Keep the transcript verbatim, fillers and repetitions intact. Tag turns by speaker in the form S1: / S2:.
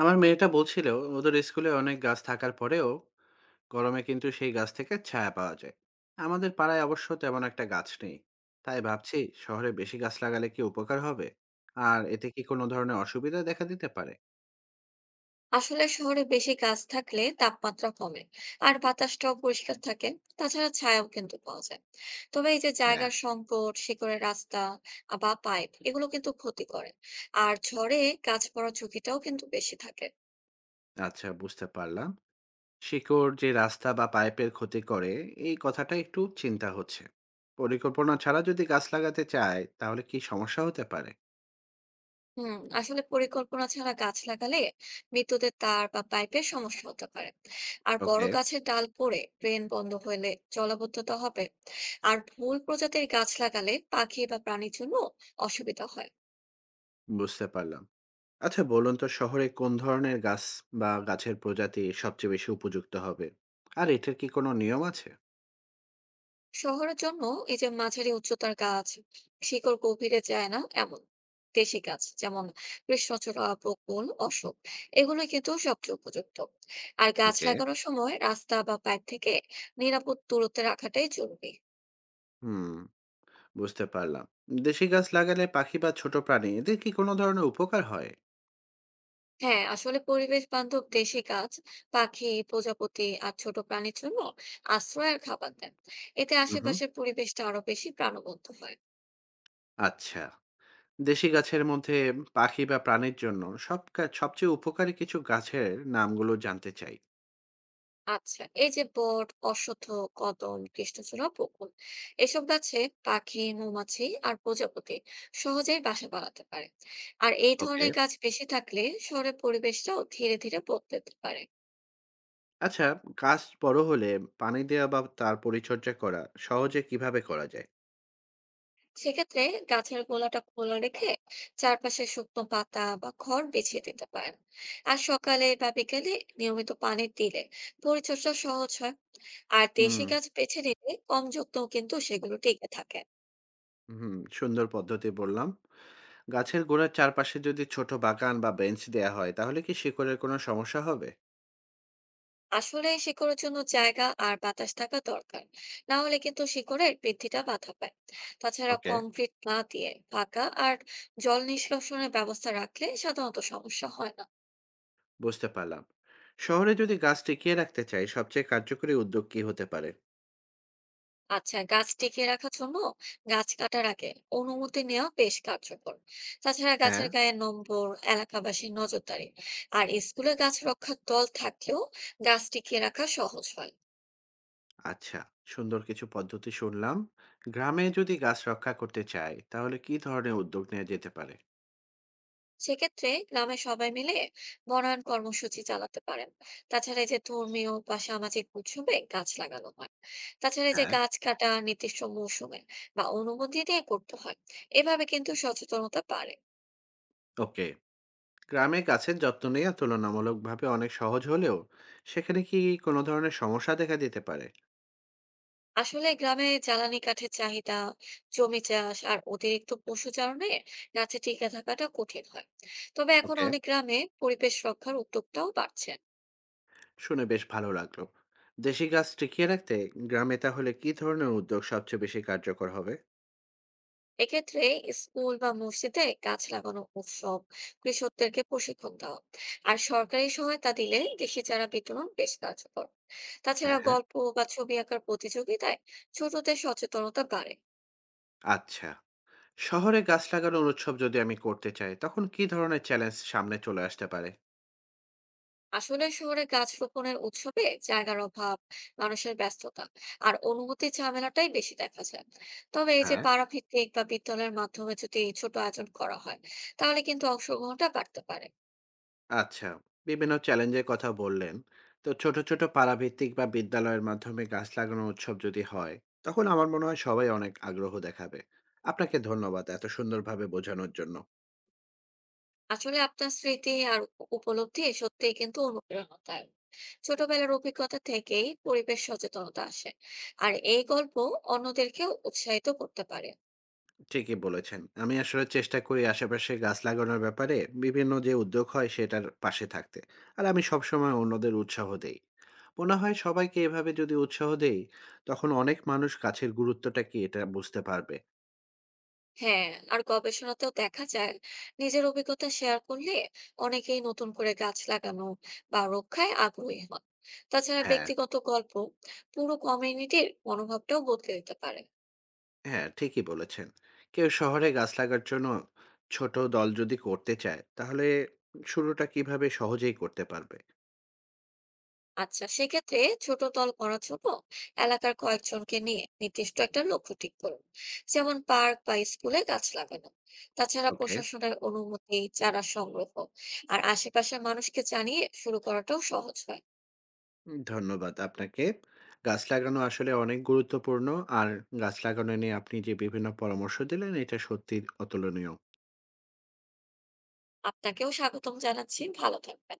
S1: আমার মেয়েটা বলছিল ওদের স্কুলে অনেক গাছ থাকার পরেও গরমে কিন্তু সেই গাছ থেকে ছায়া পাওয়া যায়। আমাদের পাড়ায় অবশ্য তেমন একটা গাছ নেই, তাই ভাবছি শহরে বেশি গাছ লাগালে কি উপকার হবে, আর এতে কি কোনো ধরনের অসুবিধা দেখা দিতে পারে?
S2: আসলে শহরে বেশি গাছ থাকলে তাপমাত্রা কমে, আর বাতাসটাও পরিষ্কার থাকে। তাছাড়া ছায়াও কিন্তু পাওয়া যায়। তবে এই যে
S1: হ্যাঁ,
S2: জায়গার সংকট, শিকড়ের রাস্তা বা পাইপ এগুলো কিন্তু ক্ষতি করে। আর ঝড়ে গাছ পড়ার ঝুঁকিটাও কিন্তু বেশি থাকে।
S1: আচ্ছা বুঝতে পারলাম। শিকড় যে রাস্তা বা পাইপের ক্ষতি করে, এই কথাটা একটু চিন্তা হচ্ছে। পরিকল্পনা ছাড়া যদি গাছ লাগাতে চায় তাহলে কি সমস্যা হতে পারে?
S2: হুম আসলে পরিকল্পনা ছাড়া গাছ লাগালে বিদ্যুতের তার বা পাইপের সমস্যা হতে পারে। আর বড়
S1: ওকে,
S2: গাছের ডাল পড়ে ড্রেন বন্ধ হলে জলাবদ্ধতা হবে। আর ভুল প্রজাতির গাছ লাগালে পাখি বা প্রাণীর জন্য অসুবিধা হয়।
S1: বুঝতে পারলাম। আচ্ছা বলুন তো শহরে কোন ধরনের গাছ বা গাছের প্রজাতি সবচেয়ে বেশি উপযুক্ত হবে, আর এটার কি কোনো নিয়ম আছে?
S2: শহরের জন্য এই যে মাঝারি উচ্চতার গাছ, শিকড় গভীরে যায় না এমন দেশি গাছ, যেমন কৃষ্ণচূড়া, বকুল, অশোক, এগুলো কিন্তু সবচেয়ে উপযুক্ত। আর গাছ
S1: ওকে।
S2: লাগানোর সময় রাস্তা বা পাইপ থেকে নিরাপদ দূরত্বে রাখাটাই জরুরি।
S1: হুম, বুঝতে পারলাম। দেশি গাছ লাগালে পাখি বা ছোট প্রাণী এদের কি কোনো ধরনের উপকার হয়?
S2: হ্যাঁ, আসলে পরিবেশ বান্ধব দেশি গাছ পাখি, প্রজাপতি আর ছোট প্রাণীর জন্য আশ্রয় আর খাবার দেন। এতে
S1: হুম,
S2: আশেপাশের পরিবেশটা আরো বেশি প্রাণবন্ত হয়।
S1: আচ্ছা। দেশি গাছের মধ্যে পাখি বা প্রাণীর জন্য সব গা- সবচেয়ে উপকারী কিছু গাছের নামগুলো জানতে চাই।
S2: আচ্ছা, এই যে বট, অশ্বত্থ, কদম, কৃষ্ণচূড়া, বকুল, এসব গাছে পাখি, মৌমাছি আর প্রজাপতি সহজেই বাসা বানাতে পারে। আর এই
S1: ওকে,
S2: ধরনের গাছ বেশি থাকলে শহরের পরিবেশটাও ধীরে ধীরে বদলাতে পারে।
S1: আচ্ছা। গাছ বড় হলে পানি দেওয়া বা তার পরিচর্যা করা সহজে কিভাবে করা যায়?
S2: সেক্ষেত্রে গাছের গোড়াটা খোলা রেখে চারপাশে শুকনো পাতা বা খড় বিছিয়ে দিতে পারেন। আর সকালে বা বিকেলে নিয়মিত পানি দিলে পরিচর্যা সহজ হয়। আর দেশি
S1: হুম।
S2: গাছ বেছে নিলে কম যত্নেও কিন্তু সেগুলো টিকে থাকে।
S1: হুম, সুন্দর পদ্ধতি বললাম। গাছের গোড়ার চারপাশে যদি ছোট বাগান বা বেঞ্চ দেয়া হয় তাহলে কি শিকড়ের কোনো সমস্যা হবে?
S2: আসলে শিকড়ের জন্য জায়গা আর বাতাস থাকা দরকার, না হলে কিন্তু শিকড়ের বৃদ্ধিটা বাধা পায়। তাছাড়া
S1: ওকে,
S2: কংক্রিট না দিয়ে ফাঁকা আর জল নিষ্কাশনের ব্যবস্থা রাখলে সাধারণত সমস্যা হয় না।
S1: বুঝতে পারলাম। শহরে যদি গাছ টিকিয়ে রাখতে চাই সবচেয়ে কার্যকরী উদ্যোগ কি হতে পারে?
S2: আচ্ছা, গাছ টিকিয়ে রাখার জন্য গাছ কাটার আগে অনুমতি নেওয়া বেশ কার্যকর। তাছাড়া
S1: হ্যাঁ,
S2: গাছের গায়ে নম্বর, এলাকাবাসীর নজরদারি আর স্কুলে গাছ রক্ষার দল থাকলেও গাছ টিকিয়ে রাখা সহজ হয়।
S1: আচ্ছা। সুন্দর কিছু পদ্ধতি শুনলাম। গ্রামে যদি গাছ রক্ষা করতে চাই তাহলে কি ধরনের উদ্যোগ নেওয়া যেতে পারে?
S2: সেক্ষেত্রে গ্রামের সবাই মিলে বনায়ন কর্মসূচি চালাতে পারেন। তাছাড়া এই যে ধর্মীয় বা সামাজিক উৎসবে গাছ লাগানো হয়। তাছাড়া এই যে
S1: হ্যাঁ,
S2: গাছ কাটা নির্দিষ্ট মৌসুমে বা অনুমতি দিয়ে করতে হয়, এভাবে কিন্তু সচেতনতা বাড়ে।
S1: ওকে। গ্রামে গাছের যত্ন নেওয়া তুলনামূলকভাবে অনেক সহজ হলেও সেখানে কি কোনো ধরনের সমস্যা দেখা দিতে পারে?
S2: আসলে গ্রামে জ্বালানি কাঠের চাহিদা, জমি চাষ আর অতিরিক্ত পশু চারণে গাছে টিকে থাকাটা কঠিন হয়। তবে এখন
S1: ওকে,
S2: অনেক গ্রামে পরিবেশ রক্ষার উদ্যোগটাও বাড়ছে।
S1: শুনে বেশ ভালো লাগলো। দেশি গাছ টিকিয়ে রাখতে গ্রামে তাহলে কী ধরনের উদ্যোগ সবচেয়ে বেশি কার্যকর হবে?
S2: এক্ষেত্রে স্কুল বা মসজিদে গাছ লাগানো উৎসব, কৃষকদেরকে প্রশিক্ষণ দেওয়া আর সরকারি সহায়তা দিলে দেশি চারা বিতরণ বেশ কার্যকর। তাছাড়া
S1: হ্যাঁ, হ্যাঁ।
S2: গল্প বা ছবি আঁকার প্রতিযোগিতায় ছোটদের সচেতনতা বাড়ে।
S1: আচ্ছা, শহরে গাছ লাগানোর উৎসব যদি আমি করতে চাই তখন কী ধরনের চ্যালেঞ্জ সামনে চলে আসতে পারে?
S2: আসলে শহরে গাছ রোপণের উৎসবে জায়গার অভাব, মানুষের ব্যস্ততা আর অনুভূতির ঝামেলাটাই বেশি দেখা যায়। তবে এই যে
S1: হ্যাঁ।
S2: পাড়া ভিত্তিক বা বিদ্যালয়ের মাধ্যমে যদি এই ছোট আয়োজন করা হয়, তাহলে কিন্তু অংশগ্রহণটা বাড়তে পারে।
S1: আচ্ছা, বিভিন্ন চ্যালেঞ্জের কথা বললেন। তো ছোট ছোট পাড়াভিত্তিক বা বিদ্যালয়ের মাধ্যমে গাছ লাগানোর উৎসব যদি হয় তখন আমার মনে হয় সবাই অনেক আগ্রহ দেখাবে। আপনাকে ধন্যবাদ এত সুন্দরভাবে বোঝানোর জন্য।
S2: আসলে আপনার স্মৃতি আর উপ- উপলব্ধি সত্যিই কিন্তু অনুপ্রেরণা দেয়। ছোটবেলার অভিজ্ঞতা থেকেই পরিবেশ সচেতনতা আসে। আর এই গল্প অন্যদেরকেও উৎসাহিত করতে পারে।
S1: ঠিকই বলেছেন। আমি আসলে চেষ্টা করি আশেপাশে গাছ লাগানোর ব্যাপারে বিভিন্ন যে উদ্যোগ হয় সেটার পাশে থাকতে। আর আমি সবসময় অন্যদের উৎসাহ দেই। মনে হয় সবাইকে এভাবে যদি উৎসাহ দেই, তখন অনেক মানুষ গাছের গুরুত্বটা কি এটা বুঝতে পারবে।
S2: হ্যাঁ, আর গবেষণাতেও দেখা যায়, নিজের অভিজ্ঞতা শেয়ার করলে অনেকেই নতুন করে গাছ লাগানো বা রক্ষায় আগ্রহী হন। তাছাড়া
S1: হ্যাঁ,
S2: ব্যক্তিগত গল্প পুরো কমিউনিটির মনোভাবটাও বদলে দিতে পারে।
S1: হ্যাঁ ঠিকই বলেছেন। কেউ শহরে গাছ লাগার জন্য ছোট দল যদি করতে চায়, তাহলে শুরুটা কিভাবে সহজেই করতে পারবে?
S2: আচ্ছা, সেক্ষেত্রে ছোট দল করার জন্য এলাকার কয়েকজনকে নিয়ে নির্দিষ্ট একটা লক্ষ্য ঠিক করুন, যেমন পার্ক বা স্কুলে গাছ লাগানো। তাছাড়া
S1: ওকে।
S2: প্রশাসনের অনুমতি, চারা সংগ্রহ আর আশেপাশের মানুষকে জানিয়ে শুরু করাটাও সহজ হয়।
S1: উম ধন্যবাদ আপনাকে। গাছ লাগানো আসলে অনেক গুরুত্বপূর্ণ। আর গাছ লাগানো নিয়ে আপনি যে বিভিন্ন পরামর্শ দিলেন এটা সত্যিই অতুলনীয়।
S2: আপনাকেও স্বাগতম জানাচ্ছি, ভালো থাকবেন।